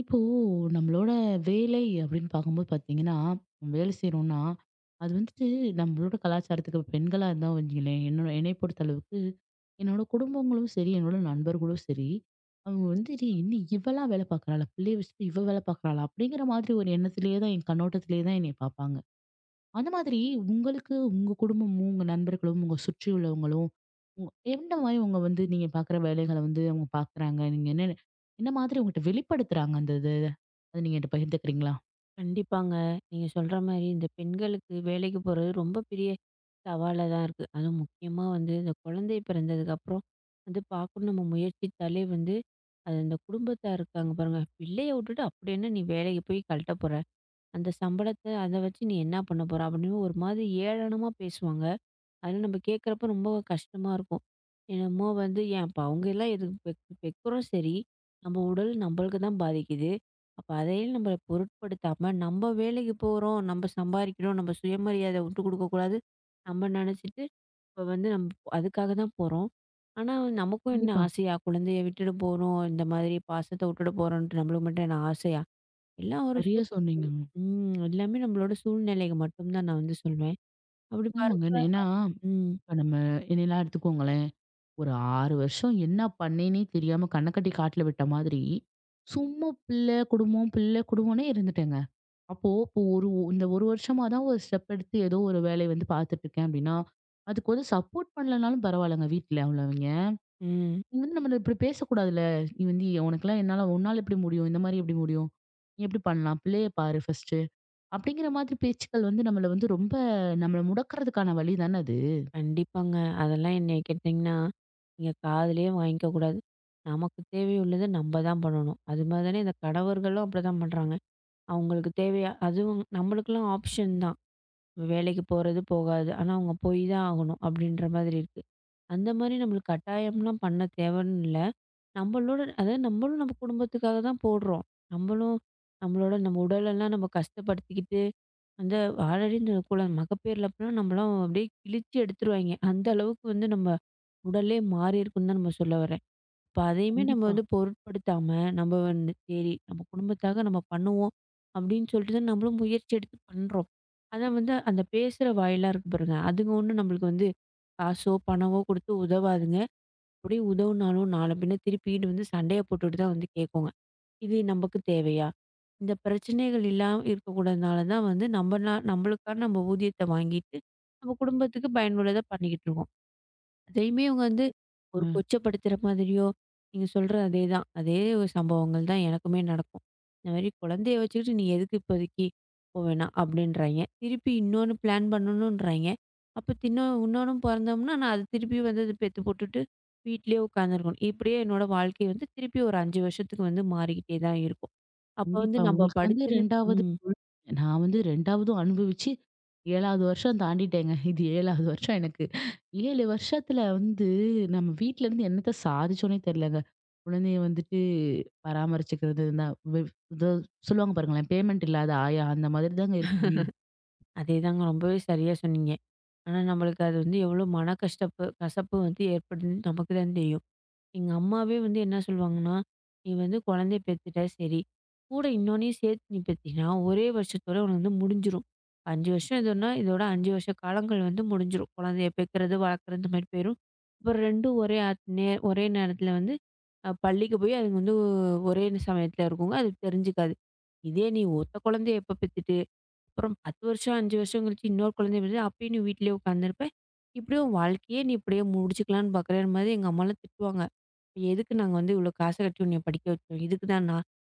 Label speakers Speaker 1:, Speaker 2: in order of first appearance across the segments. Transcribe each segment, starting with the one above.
Speaker 1: இப்போ நம்மளோட வேலை அப்படின்னு பார்க்கும்போது பார்த்தீங்கன்னா, நம்ம வேலை செய்றோம்னா, அது வந்துட்டு நம்மளோட கலாச்சாரத்துக்கு பெண்களா இருந்தா வச்சுக்கங்களேன், என்னோட என்னைய பொறுத்த அளவுக்கு, என்னோட குடும்பங்களும் சரி, என்னோட நண்பர்களும் சரி, அவங்க வந்து "டேய் என்ன இவளா வேலை பார்க்குறாளா? பிள்ளைய வச்சுட்டு இவ வேலை பார்க்குறாளா?" அப்படிங்கிற மாதிரி ஒரு எண்ணத்திலேயே தான் என் கண்ணோட்டத்திலேயே தான் என்னைய பார்ப்பாங்க. அந்த மாதிரி உங்களுக்கு உங்க குடும்பமும், உங்க நண்பர்களும், உங்க சுற்றி உள்ளவங்களும், உ எந்த மாதிரி உங்க வந்து நீங்க பார்க்குற வேலைகள வந்து அவங்க பார்க்குறாங்க? நீங்க என்ன என்ன மாதிரி உங்கட்ட வெளிப்படுத்துறாங்க அந்த இது? அத நீங்க என்ட்ட பகிர்ந்துக்கிறீங்களா?
Speaker 2: கண்டிப்பாங்க. நீங்க சொல்ற மாரி இந்த பெண்களுக்கு வேலைக்கு போறது ரொம்ப பெரிய சவாலா தான் இருக்கு. அதுவும் முக்கியமா வந்து இந்த குழந்தை பிறந்ததுக்கப்புறம் வந்து பார்க்கணும் நம்ம முயற்சித்தாலே வந்து, அது அந்த குடும்பத்தார் இருக்காங்க பாருங்க. பிள்ளைய விட்டுட்டு அப்படி என்ன நீ வேலைக்கு போய் கழட்ட போற? அந்த சம்பளத்த அத வச்சு நீ என்ன பண்ண போற? அப்படின்னு ஒரு மாதிரி ஏளனமா பேசுவாங்க. அதெல்லாம் நம்ம கேட்குறப்ப ரொம்ப கஷ்டமா இருக்கும். என்னமோ வந்து ஏன் அப்ப அவங்க எல்லாம் எதுக்கு வெக்குறோம் சரி, நம்ம உடல் நம்மளுக்கு தான் பாதிக்குது. அப்ப அதையும் நம்ம பொருட்படுத்தாம நம்ம வேலைக்கு போறோம், நம்ம சம்பாரிக்கிறோம், நம்ம சுயமரியாதை விட்டு குடுக்கக்கூடாது. நம்ம நினச்சிட்டு இப்ப வந்து அதுக்காக தான் போறோம். ஆனா நமக்கும் என்ன
Speaker 1: கண்டிப்பா.
Speaker 2: ஆசையா? குழந்தைய விட்டுட்டு போறோம், இந்த மாதிரி பாசத்த விட்டுட்டு போறோன்ட்டு நம்மளுக்கு மட்டும் என்ன ஆசையா? எல்லாம் ஒரு
Speaker 1: சரியா சொன்னீங்கங்க.
Speaker 2: எல்லாமே நம்மளோட சூழ்நிலைக்கு மட்டும் தான் நான் வந்து சொல்வேன். அப்படி
Speaker 1: ஆமாங்க.
Speaker 2: பாருப்ப
Speaker 1: ஏன்னா,
Speaker 2: ம்,
Speaker 1: இப்ப நம்ம என்னையெல்லாம் எடுத்துக்கோங்களேன். ஒரு 6 வருஷம் என்ன பண்ணேன்னே தெரியாம கண்ண கட்டி காட்டுல விட்ட மாதிரி, சும்மா பிள்ளை, குடும்பம், பிள்ளை, குடும்பம்னே இருந்துட்டேங்க. அப்போ இப்போ இந்த ஒரு வருஷமா தான் ஒரு ஸ்டெப் எடுத்து ஏதோ ஒரு வேலைய வந்து பார்த்துட்டு இருக்கேன் அப்படின்னா, அதுக்கு வந்து சப்போர்ட் பண்ணலனாலும் பரவாயில்லங்க வீட்ல உள்ளவங்க.
Speaker 2: ம்.
Speaker 1: நீ வந்து நம்மள இப்படி பேசக்கூடாதுல்ல. நீ வந்து உனக்கெல்லாம் உன்னால எப்படி முடியும்? இந்த மாதிரி எப்படி முடியும்? நீ எப்படி பண்ணலாம்? பிள்ளைய பாரு ஃபர்ஸ்ட்டு. அப்படிங்கிற மாதிரி பேச்சுக்கள் வந்து நம்மள வந்து ரொம்ப நம்மள முடக்குறதுக்கான வழி தானே அது.
Speaker 2: கண்டிப்பாங்க. அதெல்லாம் என்னைய கேட்டீங்கன்னா, நீங்க காதுலயே வாங்கிக்க கூடாது. நமக்கு தேவையுள்ளத நம்ம தான் பண்ணணும். அது மாதிரி தானே இந்த கணவர்களும் அப்படிதான் பண்றாங்க. அவங்களுக்கு தேவையா அதுவும் நம்மளுக்கெல்லாம் ஆப்ஷன் தான். வேலைக்கு போறது, போகாது. ஆனா அவங்க போய் தான் ஆகணும் அப்படின்ற மாதிரி இருக்கு. அந்த மாதிரி நம்மளுக்கு கட்டாயம்லாம் பண்ண தேவைன்னு இல்ல. நம்மளோட அதாவது நம்மளும் நம்ம குடும்பத்துக்காக தான் போடுறோம். நம்மளும் நம்மளோட நம்ம உடலெல்லாம் நம்ம கஷ்டப்படுத்திக்கிட்டு அந்த ஆல்ரெடி இந்த குளம் மகப்பேறுல அப்பலாம் நம்மலாம் அப்படியே கிழிச்சு எடுத்துருவாய்ங்க. அந்த அளவுக்கு வந்து நம்ம உடலே மாறியிருக்குன்னு தான் நம்ம சொல்ல வரேன். இப்ப அதையுமே நம்ம
Speaker 1: கண்டிப்பா.
Speaker 2: வந்து பொருட்படுத்தாம, நம்ம வந்து சரி நம்ம குடும்பத்தாக நம்ம பண்ணுவோம் அப்படின்னு சொல்லிட்டு தான் நம்மளும் முயற்சி எடுத்து பண்றோம். ஆனா வந்து அந்த பேசுற வாயெல்லாம் இருக்கு பாருங்க, அதுங்க ஒண்ணும் நம்மளுக்கு வந்து காசோ, பணமோ குடுத்து உதவாதுங்க. அப்படியே உதவுனாலும் நாள பின்ன திருப்பிட்டு வந்து சண்டைய போட்டுட்டு தான் வந்து கேட்குங்க. இது நமக்கு தேவையா? இந்த பிரச்சனைகள் இல்லாம இருக்கக்கூடாதுனால தான் வந்து நம்ம நம்மளுக்கான நம்ம ஊதியத்த வாங்கிட்டு, நம்ம குடும்பத்துக்கு பயனுள்ளதா பண்ணிக்கிட்டு இருக்கோம். அதையுமே இவங்க வந்து
Speaker 1: அ
Speaker 2: ஒரு கொச்சப்படுத்துற மாதிரியோ, நீங்க சொல்ற அதேதான். அதே ஒரு சம்பவங்கள் தான் எனக்குமே நடக்கும். இந்த மாரி குழந்தைய வச்சுக்கிட்டு நீ எதுக்கு இப்போதைக்கு போ வேணாம் அப்டின்றாய்ங்க. திருப்பி இன்னொன்னு பிளான் பண்ணணுன்றாய்ங்க. அப்ப தின்னோ இன்னொன்னும் பொறந்தோம்னா, நான் அது திருப்பி வந்து அது பெத்து போட்டுட்டு வீட்லயே உட்காந்துருக்கணும். இப்படியே என்னோட வாழ்க்கை வந்து திருப்பி ஒரு 5 வருஷத்துக்கு வந்து மாறிக்கிட்டே தான் இருக்கும். அப்ப வந்து
Speaker 1: கண்டிப்பா.
Speaker 2: நம்ம
Speaker 1: உங்களுக்கு வந்து
Speaker 2: படிச்சது
Speaker 1: 2வது
Speaker 2: ம்.
Speaker 1: நான் வந்து 2வதும் அனுபவிச்சு 7வது வருஷம் தாண்டிட்டேங்க. இது 7வது வருஷம் எனக்கு. 7 வருஷத்துல வந்து நம்ம வீட்ல இருந்து என்னத்த சாதிச்சோன்னே தெரியலங்க. குழந்தைய வந்துட்டு பராமரிச்சுக்கிறது தான் இது சொல்லுவாங்க பாருங்களேன், பேமெண்ட் இல்லாத ஆயா அந்த மாதிரி தாங்க இருக்கு வீடு.
Speaker 2: அதேதாங்க ரொம்பவே சரியா சொன்னீங்க. ஆனா நம்மளுக்கு அது வந்து எவ்வளோ மன கஷ்டப்பு கசப்பு வந்து ஏற்படுதுன்னு நமக்கு தான் தெரியும். எங்க அம்மாவே வந்து என்ன சொல்லுவாங்கன்னா, "நீ வந்து குழந்தைய பெத்துட்ட சரி. கூட இன்னொன்னையும் சேர்த்து நீ பெத்தீன்னா, ஒரே வருஷத்தோட உனக்கு வந்து முடிஞ்சிரும். 5 வருஷம் இதுன்னா, இதோட 5 வருஷ காலங்கள் வந்து முடிஞ்சிரும். குழந்தைய பெக்குறது, வளர்க்குறது இந்த மாரி போயிரும். அப்புறம் 2ம் ஒரே ஆத் நே ஒரே நேரத்துல வந்து பள்ளிக்கு போய் அதுங்க வந்து ஒரே சமயத்துல இருக்குங்க. அது தெரிஞ்சுக்காது. இதே நீ ஒத்த குழந்தைய எப்ப பெத்துட்டு, அப்புறம் 10 வருஷம், 5 வருஷம் கழிச்சு இன்னொரு குழந்தைய பெத்து, அப்பயும் நீ வீட்லயே உட்காந்துருப்ப. இப்படியே உன் வாழ்க்கையே நீ இப்படியே முடிச்சுக்கலான்னு பார்க்குறேன்ற" மாரி எங்க அம்மாலாம் திட்டுவாங்க. எதுக்கு நாங்க வந்து இவ்வளோ காச கட்டி உன்னைய படிக்க வச்சோம்? இதுக்கு தானா?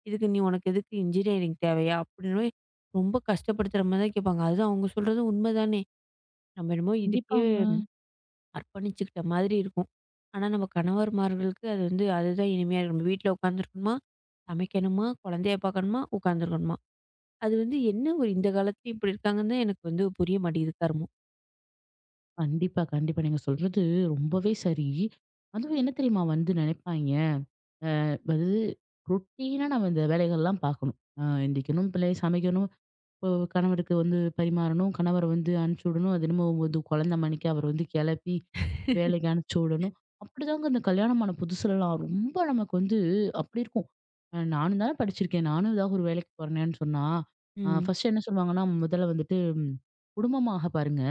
Speaker 2: இதுக்கு நீ உனக்கு எதுக்கு இன்ஜினியரிங் தேவையா? அப்படின்னு ரொம்ப கஷ்டப்படுத்துற மாரி தான் கேட்பாங்க. அதுதான் அவங்க சொல்றது உண்மைதானே. நம்ம என்னமோ இதுக்கே
Speaker 1: கண்டிப்பாங்க.
Speaker 2: அர்ப்பணிச்சுக்கிட்ட மாதிரி இருக்கும். ஆனா நம்ம கணவர்மார்களுக்கு அது வந்து அதுதான் இனிமையா இருக்கும். வீட்ல உட்காந்துருக்கணுமா, சமைக்கணுமா, குழந்தைய பார்க்கணுமா, உட்காந்துருக்கணுமா. அது வந்து என்ன ஒரு இந்த காலத்துல இப்படி இருக்காங்கன்னு தான் எனக்கு வந்து புரிய மாட்டேங்குது கருமம்.
Speaker 1: கண்டிப்பா, கண்டிப்பா. நீங்க சொல்றது ரொம்பவே சரி. அதுவும் என்ன தெரியுமா வந்து நினைப்பாய்ங்க? அதாவது ரொட்டீனா நம்ம இந்த வேலைகள்லாம் பார்க்கணும். எந்திரிக்கணும், பிள்ளைய சமைக்கணும் ஒ கணவருக்கு வந்து பரிமாறணும். கணவர வந்து அனுப்பிச்சு விடணும். அது என்னமோ வந்து குழந்த மாணிக்க அவர வந்து கிளப்பி, வேலைக்கு அனுப்பிச்சு விடணும். அப்படிதாங்க இந்த கல்யாணமான புதுசுலலாம் ரொம்ப நமக்கு வந்து அப்படி இருக்கும். நானும் தானே படிச்சிருக்கேன். நானும் ஏதாவது ஒரு வேலைக்கு போறேனேன்னு சொன்னா,
Speaker 2: ம்.
Speaker 1: ஃபர்ஸ்ட் என்ன சொல்லுவாங்கன்னா, முதல்ல வந்துட்டு ம், குடும்பமாக பாருங்க.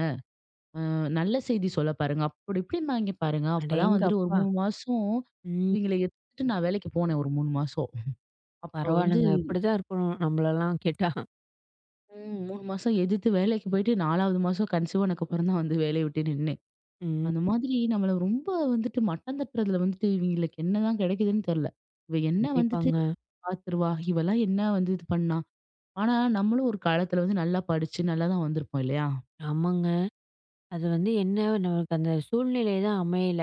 Speaker 1: நல்ல செய்தி சொல்ல பாருங்க. அப்படி இப்படிம்பாய்ங்க பாருங்க. அப்பலாம் வந்துட்டு ஒரு
Speaker 2: அடேங்கப்பா!
Speaker 1: 3 மாசம்
Speaker 2: ம்.
Speaker 1: இவங்கள எதிர்த்துட்டு நான் வேலைக்கு போனேன் ஒரு 3 மாசம். அப்ப வந்து
Speaker 2: பரவாயில்லங்க. இப்படிதான் இருக்கணும் நம்மளலாம் கேட்டா.
Speaker 1: ம். 3 மாசம் எதிர்த்து வேலைக்கு போயிட்டு 4வது மாசம் கன்சீவ் ஆனதுக்கப்புறம் தான் வந்து வேலைய விட்டே நின்னேன்.
Speaker 2: ம்.
Speaker 1: அந்த மாதிரி நம்மள ரொம்ப வந்துட்டு மட்டம் தட்டுறதுல வந்துட்டு இவிங்களுக்கு என்னதான் கிடைக்குதுன்னு தெரியல. இவ என்ன வந்துட்டு
Speaker 2: கண்டிப்பாங்க.
Speaker 1: பார்த்துருவா? இவலாம் என்ன வந்து இது பண்ணா? ஆனா நம்மளும் ஒரு காலத்துல வந்து நல்லா படிச்சு நல்லா தான் வந்திருப்போம் இல்லையா?
Speaker 2: ஆமாங்க. அது வந்து என்ன நமக்கு அந்த சூழ்நிலை தான் அமையல.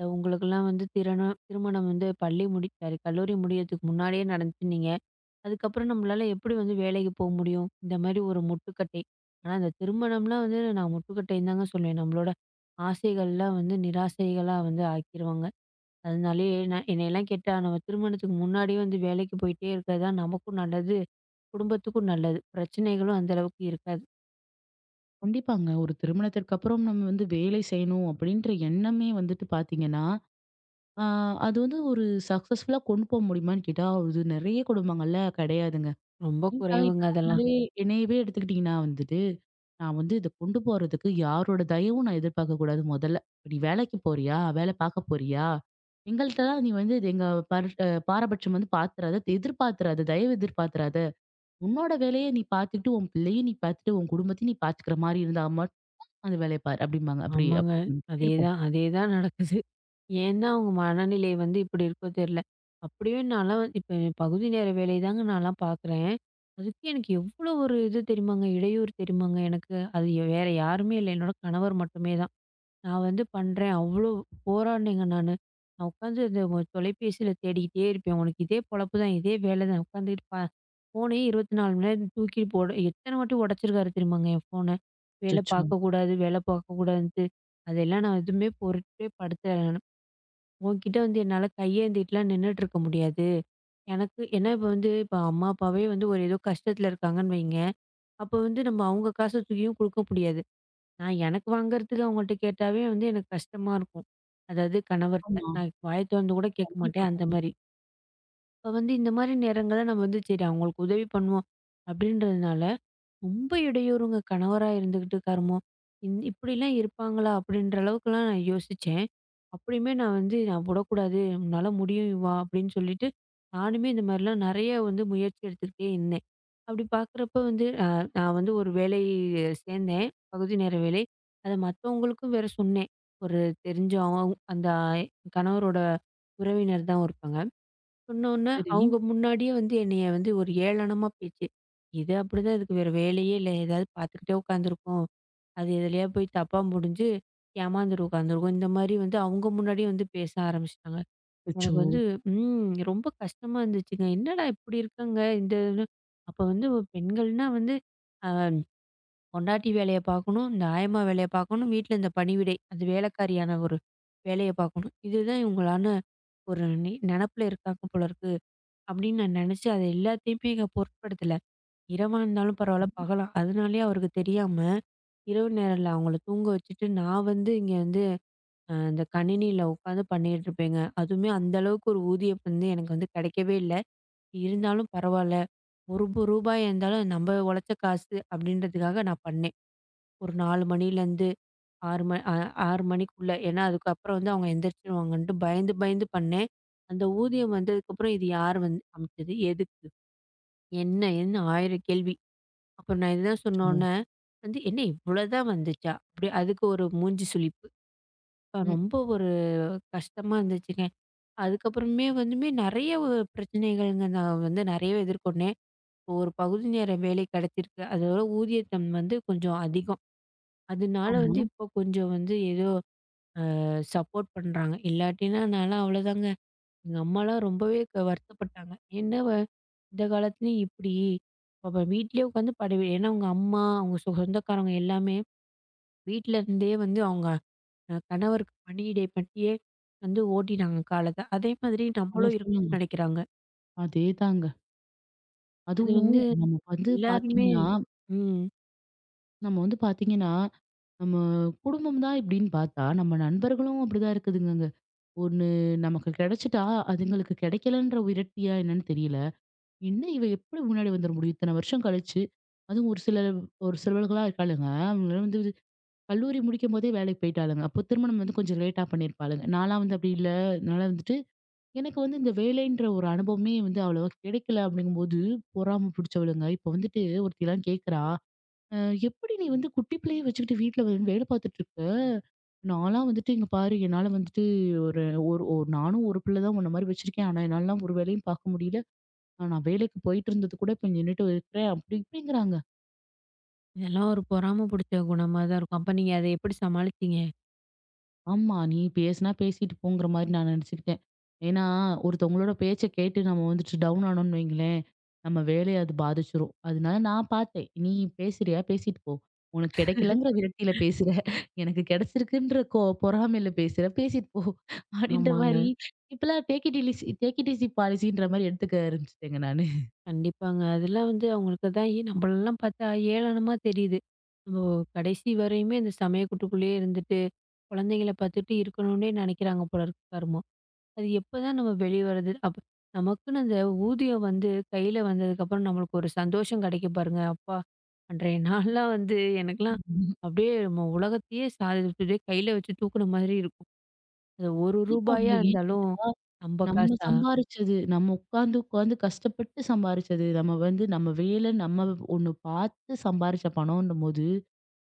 Speaker 2: உங்களுக்கெல்லாம் வந்து திருமணம் வந்து பள்ளி முடி சாரி கல்லூரி முடியறதுக்கு முன்னாடியே நடந்துச்சுன்னீங்க. அதுக்கப்புறம் நம்மளால எப்படி வந்து வேலைக்கு போ முடியும்? இந்த மாரி ஒரு முட்டுக்கட்டை. ஆனா இந்த திருமணம்லாம் வந்து நான் முட்டுக்கட்டைன்னு தாங்க சொல்லுவேன். நம்மளோட ஆசைகள்லாம் வந்து நிராசைகளா வந்து ஆக்கிருவாங்க. அதனாலேயே நான் என்னையெல்லாம் கேட்டா நம்ம திருமணத்துக்கு முன்னாடியே வந்து வேலைக்கு போயிட்டே இருக்கிறது தான் நமக்கும் நல்லது, குடும்பத்துக்கும் நல்லது. பிரச்சனைகளும் அந்த அளவுக்கு இருக்காது.
Speaker 1: கண்டிப்பாங்க. ஒரு திருமணத்திற்கு அப்புறம் நம்ம வந்து வேலை செய்யணும் அப்படின்ற எண்ணமே வந்துட்டு பார்த்தீங்கன்னா, ஆ அது வந்து ஒரு சக்சஸ்ஃபுல்லா கொண்டு போக முடியுமான்னு கேட்டா, அது நெறைய குடும்பங்கள்ல கிடையாதுங்க.
Speaker 2: ரொம்ப
Speaker 1: ஏன்டா இப்ப
Speaker 2: குறைவுங்க அதெல்லாம்.
Speaker 1: நம்மளே என்னையவே எடுத்துக்கிட்டீங்கன்னா வந்துட்டு நான் வந்து இத கொண்டு போறதுக்கு யாரோட தயவும் நான் எதிர்பார்க்க கூடாது முதல்ல. இப்ப "நீ வேலைக்கு போறியா? வேலை பார்க்க போறியா? எங்கள்ட்ட தான் நீ வந்து இது எங்க பர் அ பாரபட்சம் வந்து பாத்துறாத. எதிர்பார்த்துறாத. தயவு எதிர்பார்த்துறாத. உன்னோட வேலைய நீ பார்த்துக்கிட்டு, உன் பிள்ளையும் நீ பார்த்துட்டு, உன் குடும்பத்தையும் நீ பார்த்துக்கிற மாரி இருந்தா மட்டும் அந்த வேலைய பாரு" அப்படிம்பாங்க. அப்படி அப்ப
Speaker 2: ஆமாங்க.
Speaker 1: எப்படி இருக்கும்?
Speaker 2: அதேதான், அதேதான் நடக்குது. ஏன் தான் அவங்க மனநிலை வந்து இப்படி இருக்கோ தெரியல. அப்படியே நான்லாம் வந்து இப்ப என் பகுதி நேர வேலை தாங்க நான்லாம் பார்க்குறேன். அதுக்கே எனக்கு எவ்வளோ ஒரு இது தெரியுமாங்க, இடையூறு தெரியுமாங்க எனக்கு. அது வேற யாருமே இல்ல. என்னோட கணவர் மட்டுமே தான். நான் வந்து பண்றேன். அவ்ளோ போராடினேங்க நானு. நான் உட்காந்து இந்த தொலைபேசியில தேடிக்கிட்டே இருப்பேன். உனக்கு இதே பொழப்பு தான், இதே வேலை தான். உட்காந்துட்டு ஃபோனையே 24 மணி நேரம் தூக்கி போட எத்தன வாட்டி உடைச்சிருக்காரு தெரியுமாங்க என் ஃபோன. வேலை
Speaker 1: அச்சச்சோ!
Speaker 2: பார்க்கக்கூடாது, வேலை பார்க்கக்கூடாதுன்ட்டு. அதெல்லாம் நான் எதுவுமே பொருட்டே படுத்தல நானு. உன்கிட்ட வந்து என்னால கையேந்திட்டுலாம் நின்னுட்டுருக்க முடியாது. எனக்கு ஏன்னா இப்ப வந்து இப்ப அம்மா, அப்பாவே வந்து ஒரு ஏதோ கஷ்டத்துல இருக்காங்கன்னு வைங்க. அப்ப வந்து நம்ம அவங்க காச தூக்கியும் குடுக்க முடியாது. நான் எனக்கு வாங்குறதுக்கு அவங்கள்ட்ட கேட்டாவே வந்து எனக்கு கஷ்டமா இருக்கும். அதாவது கணவர்ட்ட.
Speaker 1: ஆமா.
Speaker 2: நான் வாய தொறந்து கூட கேட்க
Speaker 1: கண்டிப்பா,
Speaker 2: மாட்டேன், அந்த
Speaker 1: கண்டிப்பா.
Speaker 2: மாரி. இப்ப வந்து இந்த மாரி நேரங்கள்ல நம்ம வந்து சரி அவங்களுக்கு உதவி பண்ணுவோம், அப்படின்றதுனால ரொம்ப இடையூறுங்க கணவரா இருந்துகிட்டு காரமோ! இப்படிலாம் இருப்பாங்களா? அப்படின்ற அளவுக்குலாம் நான் யோசிச்சேன். அப்படியுமே நான் வந்து நான் விடக்கூடாது. உன்னால முடியும் இவா அப்படின்னு சொல்லிட்டு, நானுமே இந்த மாதிரிலாம் நெறைய வந்து முயற்சி எடுத்துக்கிட்டே இருந்தேன். அப்படி பார்க்குறப்ப வந்து நான் வந்து ஒரு வேலை சேர்ந்தேன். பகுதி நேர வேலை. அத மத்தவங்களுக்கும் வேற சொன்னேன். ஒரு தெரிஞ்சவங்க அந்த கணவரோட உறவினர் தான் ஒருத்தங்க. சொன்னோன்னே,
Speaker 1: சரி.
Speaker 2: அவங்க முன்னாடியே வந்து என்னைய வந்து ஒரு ஏளனமா பேச்சு. இது அப்படிதான் இதுக்கு வேற வேலையே இல்ல. ஏதாவது பார்த்துக்கிட்டே உட்காந்துருக்கும். அது எதுலயா போய் தப்பா முடிஞ்சு ஏமாந்துட்டு உட்காந்துருக்கும். இந்த மாரி வந்து அவங்க முன்னாடியே வந்து பேச ஆரம்பிச்சுட்டாங்க.
Speaker 1: அச்சோ!
Speaker 2: எனக்கு வந்து ரொம்ப கஷ்டமா இருந்துச்சுங்க. என்னடா இப்படி இருக்காங்க? இந்த இது அப்ப வந்து ஒரு பெண்கள்னா வந்து அ பொண்டாட்டி வேலைய பார்க்கணும், இந்த ஆயம்மா வேலைய பார்க்கணும், வீட்ல இந்த பணிவிடை, அந்த வேலைக்காரியான ஒரு வேலைய பார்க்கணும். இதுதான் இவங்களான ஒரு நெனப்புல இருக்காங்க போல இருக்கு. அப்படின்னு நான் நினைச்சு அது எல்லாத்தையுமே இங்க பொருட்படுத்தல. இரவா இருந்தாலும் பரவாயில்ல, பகலா அதனாலேயே அவருக்கு தெரியாம, இரவு நேரம்ல அவங்கள தூங்க வச்சுட்டு நான் வந்து இங்க வந்து இந்த கணினியில உட்காந்து பண்ணிட்டு இருப்பேங்க. அதுவுமே அந்த அளவுக்கு ஒரு ஊதியம் வந்து எனக்கு வந்து கிடைக்கவே இல்ல. இருந்தாலும் பரவாயில்ல, ஒரு ரூ. 1 இருந்தாலும் நம்ம உழைச்ச காசு அப்படின்றதுக்காக நான் பண்ணேன். ஒரு 4 மணிலேருந்து 6 மணி அ 6 மணிக்குள்ள. ஏன்னா அதுக்கப்புறம் வந்து அவங்க எந்திரிச்சிருவாங்கன்ட்டு பயந்து பயந்து பண்ணேன். அந்த ஊதியம் வந்ததுக்கப்புறம் இது யார் வந்து அமைச்சது? எதுக்கு? என்ன 1000 கேள்வி. அப்ப நான் இதுதான்
Speaker 1: அச்சோ!
Speaker 2: சொன்னோன்னே, வந்து "என்ன இவ்வளோதான் வந்துச்சா?" அப்படி அதுக்கு ஒரு மூஞ்சி சுளிப்பு.
Speaker 1: ம்.
Speaker 2: ரொம்ப ஒரு கஷ்டமா இருந்துச்சுங்க. அதுக்கப்புறமே வந்துமே நெறைய பிரச்சனைகள்ங்க நான் வந்து நெறையவே எதிர்கொண்டேன். இப்போ ஒரு பகுதி நேர வேலை கெடைச்சிருக்கு. அதோட ஊதியத்தம் வந்து கொஞ்சம் அதிகம். அதனால
Speaker 1: ஆமா.
Speaker 2: வந்து இப்போ கொஞ்சம் வந்து ஏதோ சப்போர்ட் பண்றாங்க. இல்லாட்டினா நான்லாம் அவ்வளோதாங்க. எங்க அம்மாலாம் ரொம்பவே வருத்தப்பட்டாங்க. என்ன வ இந்த காலத்துலயும் இப்படி அப்ப வீட்லயே உட்காந்து படவே ஏன்னா அவங்க அம்மா, அவங்க சொந்தக்காரவங்க எல்லாமே வீட்ல இருந்தே வந்து அவங்க கணவருக்கு பணியிடை பற்றியே வந்து ஓட்டிட்டாங்க காலத்த. அதே மாதிரி
Speaker 1: அதான்
Speaker 2: நம்மளும்
Speaker 1: சொல்லுங்க.
Speaker 2: இருக்கணும்னு நெனைக்கிறாங்க.
Speaker 1: அதேதாங்க.
Speaker 2: அது
Speaker 1: அதுவும்
Speaker 2: வந்து
Speaker 1: நம்ம வந்து
Speaker 2: எல்லாருமே
Speaker 1: பார்த்தீங்கன்னா
Speaker 2: ம்.
Speaker 1: நம்ம வந்து பாத்தீங்கன்னா, நம்ம குடும்பம் தான் இப்படின்னு பாத்தா, நம்ம நண்பர்களும் அப்படிதான் இருக்குதுங்கங்க. ஒண்ணு நமக்கு கிடைச்சிட்டா, அதுங்களுக்கு கிடைக்கலன்ற விரக்தியா என்னன்னு தெரியல. என்ன இவ எப்படி முன்னாடி வந்துர முடியும்? இத்தன வருஷம் கழிச்சு. அதுவும் ஒரு சிலவர்களா இருக்காளுங்க. அவங்கலாம் வந்து கல்லூரி முடிக்கும்போதே வேலைக்கு போயிட்டாளுங்க. அப்போ திருமணம் வந்து கொஞ்சம் லேட்டா பண்ணியிருப்பாளுங்க. நான்லாம் வந்து அப்படி இல்ல. அதனால வந்துட்டு எனக்கு வந்து இந்த வேலைன்ற ஒரு அனுபவமே வந்து அவ்வளவா கிடைக்கல அப்படிங்கும்போது, பொறாம பிடிச்சவளுங்க. இப்போ வந்துட்டு ஒருத்திலாம் கேட்கிறா அ எப்படி நீ வந்து குட்டி பிள்ளைய வச்சுக்கிட்டு வீட்ல வந்து வேலை பார்த்துட்டு இருக்க? நான்லாம் வந்துட்டு இங்க பாரு என்னால வந்துட்டு ஒரு ஒரு ஒரு நானும் ஒரு பிள்ளை தான் உன்ன மாரி வச்சிருக்கேன். ஆனா என்னாலலாம் ஒரு வேலையும் பார்க்க முடியல. நான் வேலைக்கு போயிட்டு இருந்தது கூட இப்ப நின்னுட்டு இருக்கிறேன்" அப்படி இப்படிங்கிறாங்க.
Speaker 2: இதெல்லாம் ஒரு பொறாம புடிச்ச குணமா தான் இருக்கும். அப்ப நீங்க அத எப்படி சமாளிச்சீங்க?
Speaker 1: ஆமா. நீ பேசுனா பேசிட்டு போங்கிற மாரி நான் நெனச்சுக்கிட்டேன். ஏன்னா, ஒருத்தவங்களோட பேச்ச கேட்டு நம்ம வந்துட்டு டவுன் ஆனோம்னு வைங்களேன், நம்ம வேலைய அது பாதிச்சுரும். அதனால நான் பார்த்தேன். நீ பேசுறியா? பேசிட்டு போ. உனக்கு கிடைக்கலங்கிற விரக்தியில பேசுற. எனக்கு கிடைச்சிருக்குன்ற பொறாமையில பேசுற. பேசிட்டு போ. அப்படின்ற
Speaker 2: ஆமாங்க.
Speaker 1: மாரி இப்பலாம் take it easy take it easy பாலிசின்ற மாரி எடுத்துக்க ஆரம்பிச்சுட்டேங்க நானு.
Speaker 2: கண்டிப்பாங்க. அதெல்லாம் வந்து அவங்களுக்கு தான் நம்மளலாம் பார்த்தா ஏளனமா தெரியுது. நம்ம கடைசி வரையுமே இந்த சமயக்கட்டுக்குள்ளேயே இருந்துட்டு, குழந்தைங்கள பார்த்துட்டு இருக்கணும்னே நெனைக்கிறாங்க போல இருக்கு கருமம். அது எப்பதான் நம்ம வெளிய வர்றது? அப்ப நமக்குன்னு அந்த ஊதியம் வந்து கையில வந்ததுக்கப்புறம் நம்மளுக்கு ஒரு சந்தோஷம் கிடைக்கும் பாருங்க. அப்பா! அன்றைய நாள்லாம் வந்து எனக்கெல்லாம் அப்படியே நம்ம உலகத்தையே சாதிச்சுட்டு கையில வச்சு தூக்குன மாதிரி இருக்கும். அது ஒரு
Speaker 1: கண்டிப்பாங்க.
Speaker 2: ரூபாயா
Speaker 1: ஏன்னு
Speaker 2: இருந்தாலும்
Speaker 1: கேட்டா
Speaker 2: நம்ம
Speaker 1: நம்ம
Speaker 2: காசா?
Speaker 1: சம்பாரிச்சது. நம்ம உட்கார்ந்து, உட்கார்ந்து கஷ்டப்பட்டு சம்பாரிச்சது. நம்ம வந்து நம்ம வேலை நம்ம ஒண்ணு பார்த்து சம்பாரிச்ச பணம்ன்னும்போது,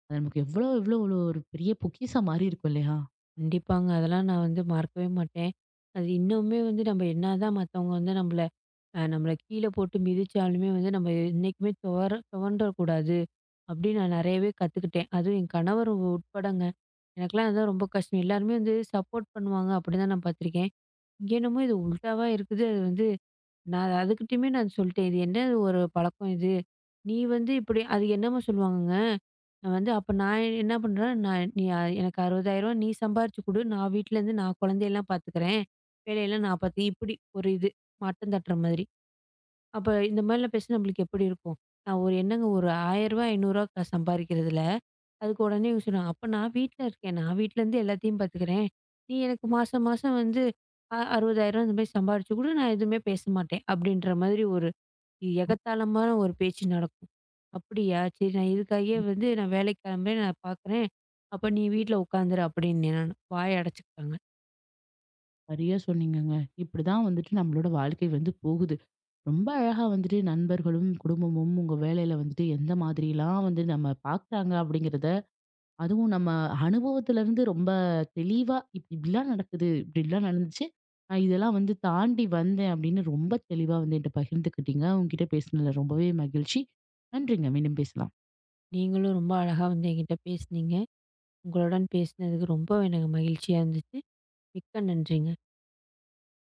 Speaker 1: அது நமக்கு எவ்வளோ, எவ்வளோ ஒரு ஒரு பெரிய பொக்கிஷம் மாரி இருக்கும் இல்லையா?
Speaker 2: கண்டிப்பாங்க. அதெல்லாம் நான் வந்து மறக்கவே மாட்டேன். அது இன்னுமே வந்து நம்ம என்னதான் மத்தவங்க வந்து நம்மள கீழ போட்டு மிதிச்சாலுமே வந்து நம்ம என்னைக்குமே துவண்டக்கூடாது அப்படின்னு நான் நெறையவே கத்துக்கிட்டேன். அதுவும் என் கணவர் உட்படங்க. எனக்கெல்லாம் அதான் ரொம்ப கஷ்டம். எல்லாருமே வந்து சப்போர்ட் பண்ணுவாங்க. அப்படிதான் நான் பார்த்துருக்கேன். இங்க என்னமோ இது உல்டாவா இருக்குது. அது வந்து நான் அதுகிட்டயுமே நான் சொல்லிட்டேன். "இது என்ன ஒரு பழக்கம் இது? நீ வந்து இப்படி" அது என்னம்மா சொல்லுவாங்கங்க. நான் வந்து அப்ப நான் என்ன பண்றேன், நான் "நீ எனக்கு ரூ. 60,000 நீ சம்பாரிச்சு குடு. நான் வீட்லேருந்து நான் குழந்தையெல்லாம் பார்த்துக்கிறேன். வேலையெல்லாம் நான் பார்த்துக்கிறேன்." இப்படி ஒரு இது மட்டம் தட்டுற மாதிரி. அப்ப இந்த மாதிரிலாம் பேசினா நம்மளுக்கு எப்படி இருக்கும்? நான் ஒரு என்னங்க ஒரு ரூ. 1000 ரூ. 500 சம்பாரிக்கிறதுல அதுக்கு உடனே இவங்க சொன்னாங்க, "அப்ப நான் வீட்ல இருக்கேன். நான் வீட்லருந்து எல்லாத்தையும் பார்த்துக்கிறேன். நீ எனக்கு மாசம் மாசம் வந்து ரூ. 60,000 இந்த மாரி சம்பாரிச்சு குடு. நான் எதுவுமே பேச மாட்டேன்." அப்படின்ற மாதிரி ஒரு எகத்தாளமான ஒரு பேச்சு நடக்கும். "அப்படியா? சரி நான் இதுக்காகவே வந்து நான் வேலைக்கு கிளம்புறேன். நான் பார்க்குறேன். அப்ப நீ வீட்ல உட்காந்துரு" அப்படின்னேன் நானு. வாய அடைச்சுக்கிட்டாங்க.
Speaker 1: சரியா சொன்னீங்கங்க. இப்படிதான் வந்துட்டு நம்மளோட வாழ்க்கை வந்து போகுது. ரொம்ப அழகா வந்துட்டு நண்பர்களும், குடும்பமும் உங்க வேலையில வந்துட்டு எந்த மாதிரிலாம் வந்து நம்ம பார்க்குறாங்க அப்படிங்கிறத அதுவும் நம்ம அனுபவத்துல இருந்து ரொம்ப தெளிவா இப்படி இப்படிலாம் நடக்குது இப்படிலாம் நடந்துச்சு நான் இதெல்லாம் வந்து தாண்டி வந்தேன் அப்படின்னு ரொம்ப தெளிவா வந்து என்கிட்ட பகிர்ந்துக்கிட்டீங்க உங்ககிட்ட பேசினதுல ரொம்பவே மகிழ்ச்சி நன்றிங்க மீண்டும் பேசலாம்.
Speaker 2: நீங்களும் ரொம்ப அழகா வந்து என்கிட்ட பேசுனீங்க. உங்களுடன் பேசினதுக்கு ரொம்ப எனக்கு மகிழ்ச்சியா இருந்துச்சு. மிக்க நன்றிங்க.